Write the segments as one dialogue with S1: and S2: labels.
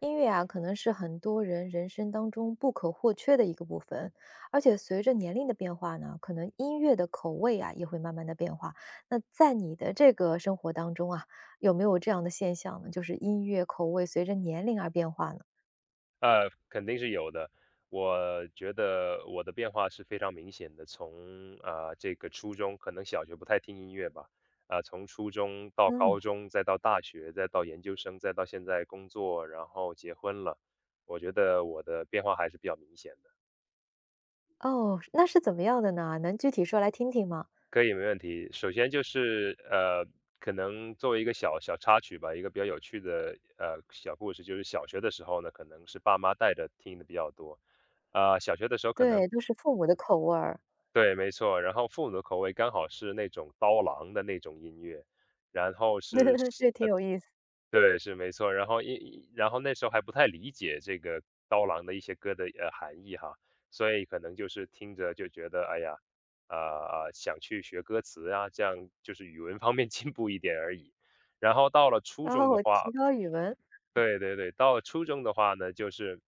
S1: 音乐啊，可能是很多人人生当中不可或缺的一个部分，而且随着年龄的变化呢，可能音乐的口味啊也会慢慢的变化。那在你的这个生活当中啊，有没有这样的现象呢？就是音乐口味随着年龄而变化呢？
S2: 肯定是有的。我觉得我的变化是非常明显的，从这个初中，可能小学不太听音乐吧，从初中到
S1: 嗯。
S2: 高中，再到大学，再到研究生，再到现在工作，然后结婚了，我觉得我的变化还是比较明显的。
S1: 哦，那是怎么样的呢？能具体说来听听吗？
S2: 可以，没问题。首先就是可能作为一个小小插曲吧，一个比较有趣的小故事，就是小学的时候呢，可能是爸妈带着听的比较多。啊、小学的时候可能
S1: 对，都是父母的口味儿。
S2: 对，没错。然后父母的口味刚好是那种刀郎的那种音乐，然后是
S1: 这挺有意思。
S2: 对，是没错。然后一，然后那时候还不太理解这个刀郎的一些歌的，含义哈，所以可能就是听着就觉得，哎呀，啊，想去学歌词啊，这样就是语文方面 进步一点而已。然后到了初中的
S1: 哦，提
S2: 话
S1: 高语文。
S2: 对对对，到了初中的话呢，就是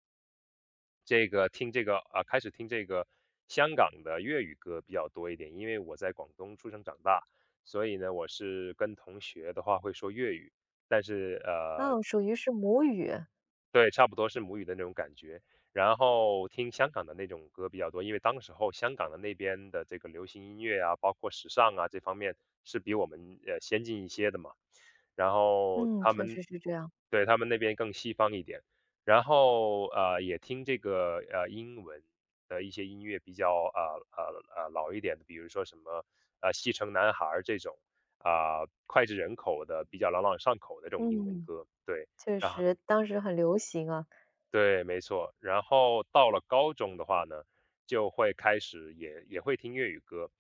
S2: 这个听这个啊，开始听这个香港的粤语歌比较多一点，因为我在广东出生长大，所以呢，我是跟同学的话会说粤语，但是呃
S1: 哦，属于是母语。
S2: 对，差不多是母语的那种感觉。然后听香港的那种歌比较多，因为当时候香港的那边的这个流行音乐啊，包括时尚啊这方面是比我们先进一些的嘛。然后
S1: 嗯，
S2: 他
S1: 确
S2: 们
S1: 实是这样。
S2: 对，他们那边更西方一点，然后也听这个英文的一些音乐比较老一点的，比如说什么西城男孩儿这种脍炙人口的比较朗朗上口的这种英文
S1: 嗯。
S2: 歌，对。
S1: 确
S2: 然后
S1: 实，当时很流行啊。
S2: 对，没错。然后到了高中的话呢，就会开始也会听粤语歌，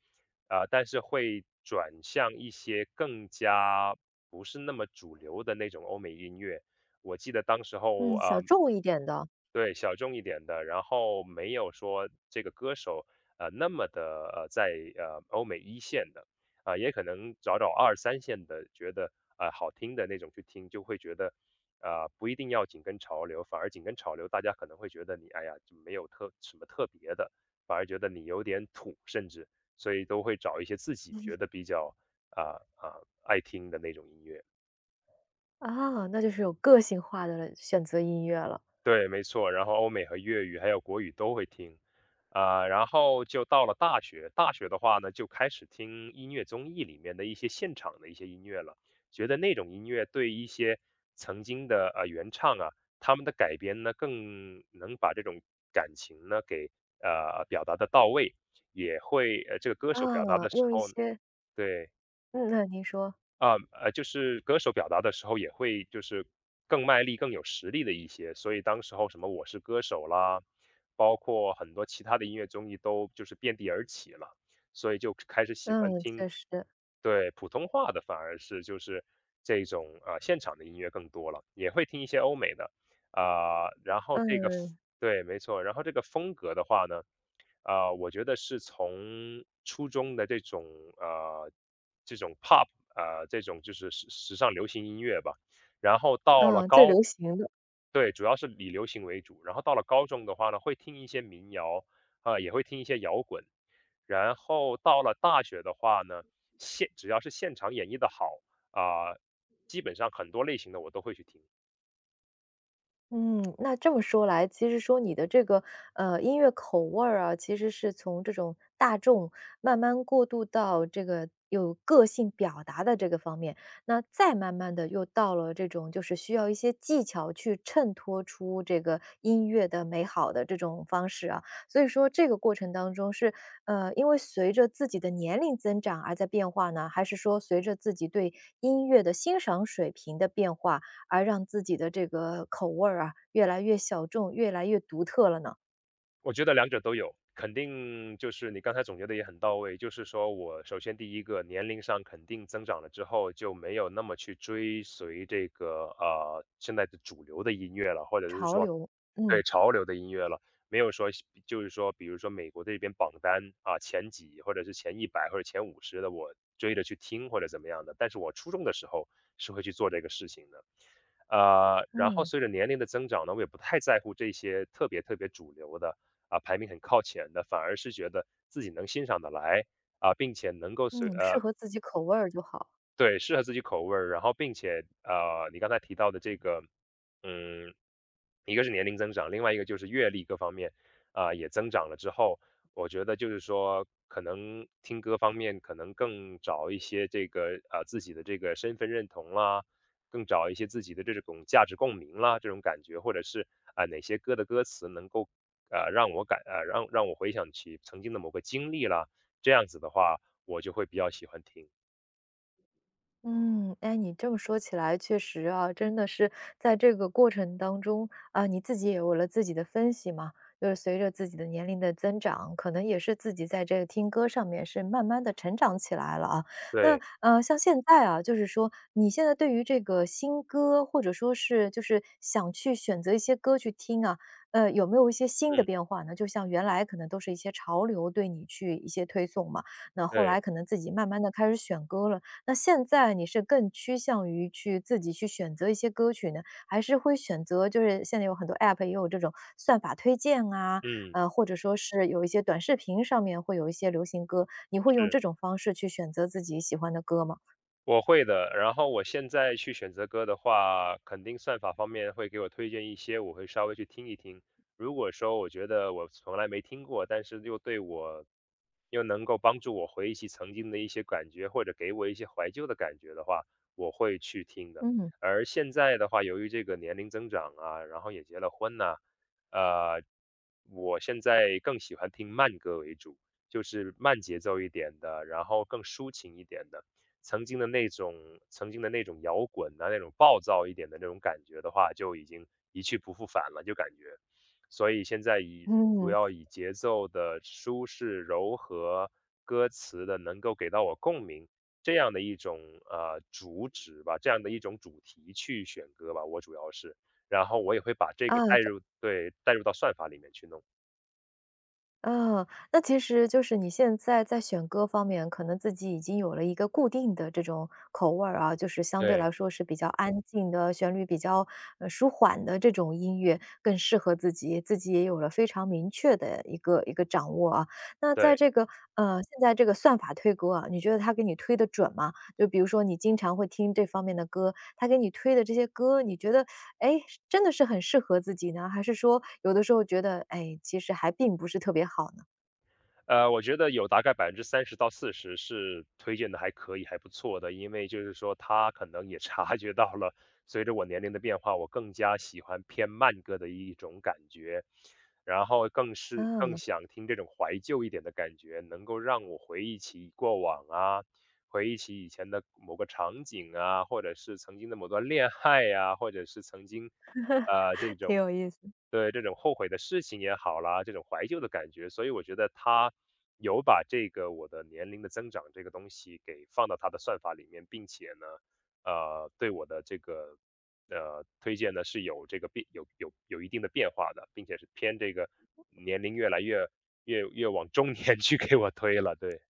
S2: 但是会转向一些更加不是那么主流的那种欧美音乐。我记得当时候
S1: 嗯，小众一点的。
S2: 对，小众一点的，然后没有说这个歌手那么的在欧美一线的，也可能找找二三线的，觉得好听的那种去听，就会觉得不一定要紧跟潮流，反而紧跟潮流，大家可能会觉得你哎呀就没有什么特别的，反而觉得你有点土，甚至所以都会找一些自己觉得比较爱听的那种音乐。
S1: 啊，那就是有个性化的选择音乐了。
S2: 对，没错，然后欧美和粤语还有国语都会听，然后就到了大学，大学的话呢，就开始听音乐综艺里面的一些现场的一些音乐了，觉得那种音乐对一些曾经的原唱啊，他们的改编呢，更能把这种感情呢给表达的到位，也会这个歌手表达
S1: 啊，
S2: 的时
S1: 用一
S2: 候，
S1: 些。
S2: 对，
S1: 嗯，那您说。
S2: 就是歌手表达的时候也会就是更卖力、更有实力的一些，所以当时候什么《我是歌手》啦，包括很多其他的音乐综艺都就是遍地而起了，所以就开始喜欢
S1: 嗯，确
S2: 听。
S1: 实。
S2: 对，普通话的，反而是就是这种现场的音乐更多了，也会听一些欧美的，然后这个
S1: 嗯。
S2: 对，没错，然后这个风格的话呢。我觉得是从初中的这种呃这种 pop 这种就是时尚流行音乐吧，然后到了
S1: 啊，最
S2: 高
S1: 流行的。
S2: 对，主要是以流行为主，然后到了高中的话呢，会听一些民谣，也会听一些摇滚，然后到了大学的话呢，只要是现场演绎的好，啊、基本上很多类型的我都会去听。
S1: 嗯，那这么说来，其实说你的这个音乐口味儿啊，其实是从这种大众慢慢过渡到这个有个性表达的这个方面，那再慢慢的又到了这种就是需要一些技巧去衬托出这个音乐的美好的这种方式啊。所以说这个过程当中是因为随着自己的年龄增长而在变化呢，还是说随着自己对音乐的欣赏水平的变化，而让自己的这个口味儿啊，越来越小众，越来越独特了呢？
S2: 我觉得两者都有，肯定就是你刚才总结的也很到位。就是说我首先第一个年龄上肯定增长了之后，就没有那么去追随这个现在的主流的音乐了，或者是
S1: 潮
S2: 说，
S1: 流。嗯。
S2: 对，潮流的音乐了，没有说就是说，比如说美国这边榜单啊前几或者是前100或者前50的，我追着去听或者怎么样的。但是我初中的时候是会去做这个事情的。然后
S1: 嗯。
S2: 随着年龄的增长呢，我也不太在乎这些特别特别主流的，排名很靠前的，反而是觉得自己能欣赏得来，并且能够
S1: 嗯，适合自己口味儿就好。
S2: 对，适合自己口味儿，然后并且，你刚才提到的这个，嗯，一个是年龄增长，另外一个就是阅历各方面，也增长了之后，我觉得就是说，可能听歌方面可能更找一些这个自己的这个身份认同啦，更找一些自己的这种价值共鸣啦这种感觉，或者是哪些歌的歌词能够让我让我回想起曾经的某个经历啦，这样子的话，我就会比较喜欢听。
S1: 嗯，哎，你这么说起来，确实啊，真的是在这个过程当中啊，你自己也有了自己的分析嘛，就是随着自己的年龄的增长，可能也是自己在这个听歌上面是慢慢的成长起来了啊。那
S2: 对，
S1: 像现在啊，就是说你现在对于这个新歌，或者说是就是想去选择一些歌去听啊，呃，有没有一些新的
S2: 嗯。
S1: 变化呢？就像原来可能都是一些潮流对你去一些推送嘛。那后来
S2: 对，
S1: 可能自己慢慢的开始选歌了。那现在你是更趋向于去自己去选择一些歌曲呢，还是会选择就是现在有很多 App 也有这种算法推荐啊，
S2: 嗯，
S1: 或者说是有一些短视频上面会有一些流行歌，你会用
S2: 是。
S1: 这种方式去选择自己喜欢的歌吗？
S2: 我会的，然后我现在去选择歌的话，肯定算法方面会给我推荐一些，我会稍微去听一听。如果说我觉得我从来没听过，但是又对我又能够帮助我回忆起曾经的一些感觉，或者给我一些怀旧的感觉的话，我会去听的。
S1: 嗯。
S2: 而现在的话，由于这个年龄增长啊，然后也结了婚呐，呃，我现在更喜欢听慢歌为主，就是慢节奏一点的，然后更抒情一点的。曾经的那种摇滚啊，那种暴躁一点的那种感觉的话，就已经一去不复返了，就感觉。所以现在主
S1: 嗯。
S2: 要以节奏的舒适、柔和、歌词的能够给到我共鸣这样的一种主旨吧，这样的一种主题去选歌吧，我主要是，然后我也会把这个
S1: 啊。
S2: 带入到算法里面去弄，
S1: 嗯，那其实就是你现在在选歌方面，可能自己已经有了一个固定的这种口味儿啊，就是相对来
S2: 对。
S1: 说是比较安静的，旋律比较舒缓的这种音乐更适合自己，自己也有了非常明确的一个掌握啊。那在
S2: 对。
S1: 这个现在这个算法推歌啊，你觉得它给你推的准吗？就比如说你经常会听这方面的歌，它给你推的这些歌，你觉得哎，是真的是很适合自己呢？还是说有的时候觉得，哎，其实还并不是特别好呢？
S2: 我觉得有大概30%到40%是推荐的，还可以，还不错的。因为就是说他可能也 察觉到了，随着我年龄的变化，我更加喜欢偏慢歌的一种感觉，然后更是更
S1: 嗯，
S2: 想听这种怀旧一点的感觉，能够让我回忆起过往啊，回忆起以前的某个场景啊，或者是曾经的某段恋爱呀，或者是曾经这
S1: 挺
S2: 种，
S1: 有意思。
S2: 对，这种后悔的事情也好啦，这种怀旧的感觉，所以我觉得他有把这个我的年龄的增长这个东西给放到他的算法里面，并且呢，对我的这个推荐呢是有这个变有有有一定的变化的，并且是偏这个年龄越来越往中年去给我推了，对，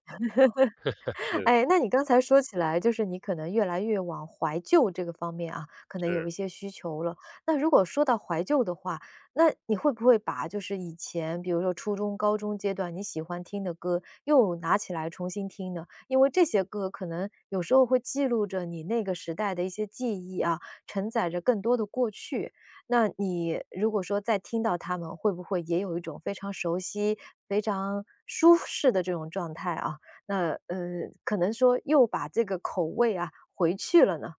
S2: 是
S1: 哎，那你刚才说起来，就是你可能越来越往怀旧这个方面啊，可能有
S2: 是。
S1: 一些需求了。那如果说到怀旧的话，那你会不会把就是以前，比如说初中、高中阶段你喜欢听的歌，又拿起来重新听呢？因为这些歌可能有时候会记录着你那个时代的一些记忆啊，承载着更多的过去。那你如果说再听到它们，会不会也有一种非常熟悉、非常舒适的这种状态啊？那，呃，可能说又把这个口味啊回去了呢？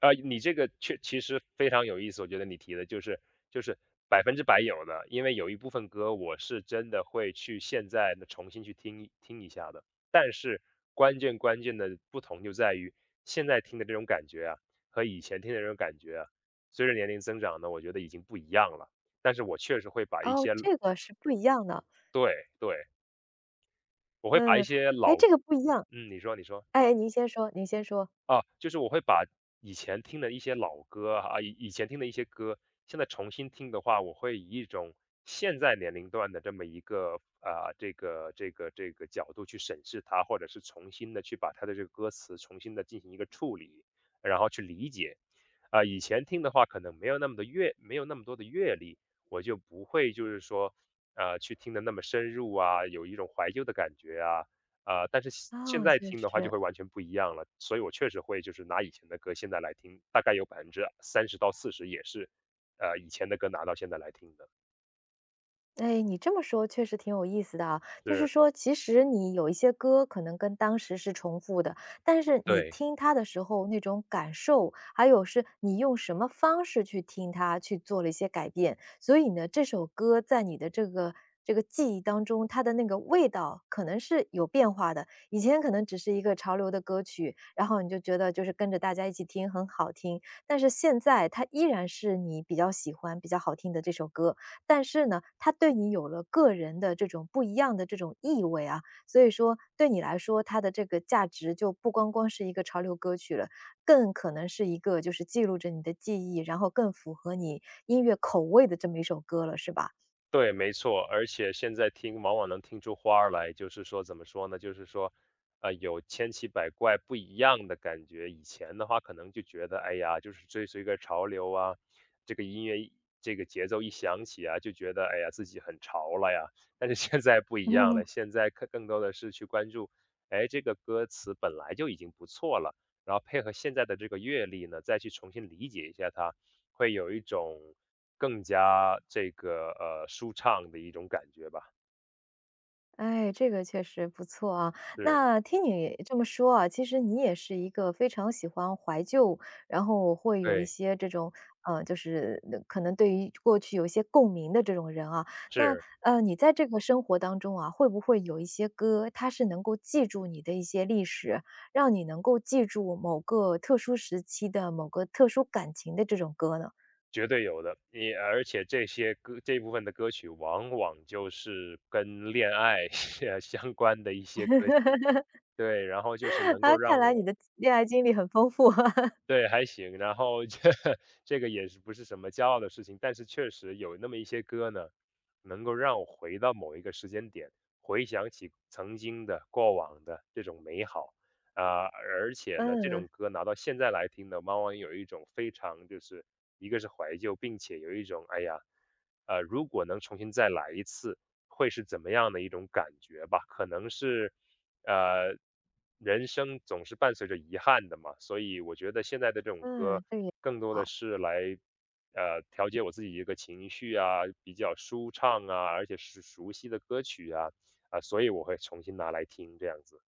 S2: 你这个其实非常有意思，我觉得你提的就是100%有的，因为有一部分歌我是真的会去现在呢重新去听一听一下的。但是关键的不同就在于现在听的这种感觉啊，和以前听的这种感觉啊，随着年龄增长呢，我觉得已经不一样了。但是我确实会把一
S1: 哦，
S2: 些，
S1: 这个是不一样的。
S2: 对对，我会把一
S1: 嗯，
S2: 些
S1: 哎，
S2: 老，
S1: 这个不一样。
S2: 嗯，你说你说。
S1: 哎，您先说。
S2: 啊，就是我会把以前听的一些老歌啊，以前听的一些歌，现在重新听的话，我会以一种现在年龄段的这么一个啊、这个角度去审视它，或者是重新的去把它的这个歌词重新的进行一个处理，然后去理解。啊、以前听的话可能没有那么的阅，没有那么多的阅历，我就不会就是说去听的那么深入啊，有一种怀旧的感觉啊，但是现现
S1: 哦，
S2: 在
S1: 确
S2: 听的话就
S1: 实。
S2: 会完全不一样了，所以我确实会就是拿以前的歌现在来听，大概有30%到40%也是，以前的歌拿到现在来听的，
S1: 哎，你这么说确实挺有意思的啊，就是
S2: 是。
S1: 说，其实你有一些歌可能跟当时是重复的，但是你
S2: 对。
S1: 听它的时候那种感受，还有是你用什么方式去听它，去做了一些改变，所以呢，这首歌在你的这个记忆当中，它的那个味道可能是有变化的。以前可能只是一个潮流的歌曲，然后你就觉得就是跟着大家一起听很好听，但是现在它依然是你比较喜欢、比较好听的这首歌。但是呢，它对你有了个人的这种不一样的这种意味啊，所以说对你来说，它的这个价值就不光光是一个潮流歌曲了，更可能是一个就是记录着你的记忆，然后更符合你音乐口味的这么一首歌了，是吧？
S2: 对，没错，而且现在听往往能听出花儿来，就是说怎么说呢？就是说，有千奇百怪不一样的感觉。以前的话，可能就觉得，哎呀，就是追随个潮流啊，这个音乐一这个节奏一响起啊，就觉得，哎呀，自己很潮了呀。但是现在不 一样
S1: 嗯。
S2: 了，现在更多的是去关注，哎，这个歌词本来就已经不错了，然后配合现在的这个阅历呢，再去重新理解一下它，会有一种更加这个舒畅的一种感觉吧。
S1: 哎，这个确实不错啊。
S2: 是。
S1: 那听你这么说啊，其实你也是一个非常喜欢怀旧，然后会有一
S2: 对。
S1: 些这种，就是可能对于过去有一些共鸣的这种人啊。那
S2: 是，
S1: 你在这个生活当中啊，会不会有一些歌，它是能够记住你的一些历史，让你能够记住某个特殊时期的某个特殊感情的这种歌呢？
S2: 绝对有的。你而且这些歌这一部分的歌曲，往往就是跟恋爱 相关的一些歌曲。对，然后就是 能够
S1: 啊，看
S2: 让
S1: 来你
S2: 我。
S1: 的恋爱经历很丰富。
S2: 对，还行。然后这 这个也是不是什么骄傲的事情，但是确实有那么一些歌呢，能够让我回到某一个时间点，回想起曾经的、过往的这种美好啊、而且呢，这
S1: 嗯
S2: 种歌拿到现在来听呢，往往有一种非常就是一个是怀旧，并且有一种哎呀，如果能重新再来一次，会是怎么样的一种感觉吧？可能是。呃，人生总是伴随着遗憾的嘛，所以我觉得现在的这种
S1: 嗯，
S2: 歌
S1: 这个也
S2: 更多的
S1: 好。
S2: 是来，调节我自己一个情绪啊，比较舒畅啊，而且是熟悉的歌曲啊，啊、所以我会重新拿来听这样子。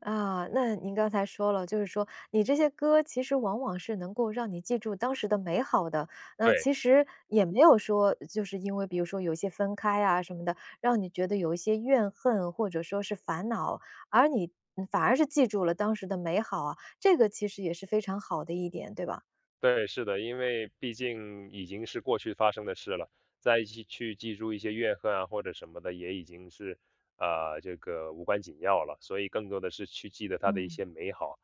S1: 啊，那您刚才说了，就是说你这些歌其实往往是能够让你记住当时的美好的，那
S2: 对。
S1: 其实也没有说就是因为比如说有一些分开啊什么的，让你觉得有一些怨恨或者说是烦恼，而你反而是记住了当时的美好啊，这个其实也是非常好的一点，对吧？
S2: 对，是的，因为毕竟已经是过去发生的事了，再去记住一些怨恨啊或者什么的，也已经是这个无关紧要了，所以更多的是去记得它的一
S1: 嗯。
S2: 些美好，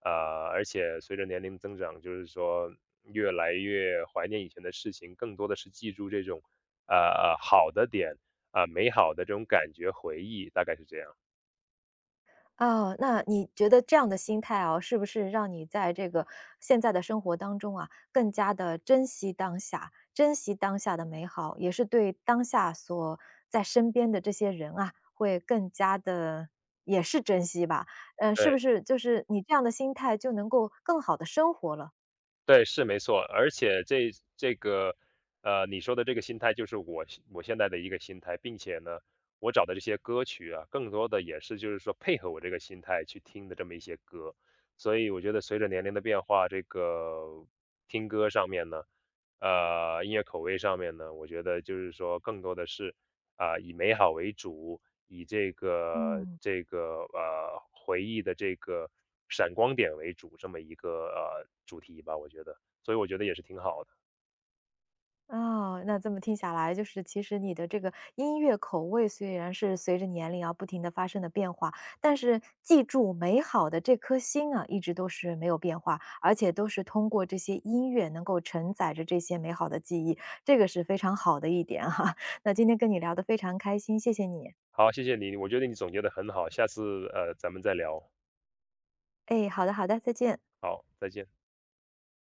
S2: 呃，而且随着年龄增长，就是说越来越怀念以前的事情，更多的是记住这种好的点啊、美好的这种感觉回忆，大概是这样。
S1: 哦，那你觉得这样的心态哦，是不是让你在这个现在的生活当中啊，更加的珍惜当下，珍惜当下的美好，也是对当下所在身边的这些人啊，会更加的也是珍惜吧？嗯，是不
S2: 对。
S1: 是就是你这样的心态就能够更好的生活了？
S2: 对，是没错。而且这个，你说的这个心态就是我现在的一个心态，并且呢，我找的这些歌曲啊，更多的也是就是说配合我这个心态去听的这么一些歌。所以我觉得随着年龄的变化，这个听歌上面呢，音乐口味上面呢，我觉得就是说更多的是啊、以美好为主，以这个
S1: 嗯。
S2: 这个呃回忆的这个闪光点为主，这么一个主题吧，我觉得，所以我觉得也是挺好的。
S1: 哦，那这么听下来，就是其实你的这个音乐口味虽然是随着年龄啊不停地发生的变化，但是记住美好的这颗心啊，一直都是没有变化，而且都是通过这些音乐能够承载着这些美好的记忆，这个是非常好的一点哈。那今天跟你聊得非常开心，谢谢你。
S2: 好，谢谢你，我觉得你总结的很好，下次咱们再聊。
S1: 哎，好的好的，再见。
S2: 好，再见。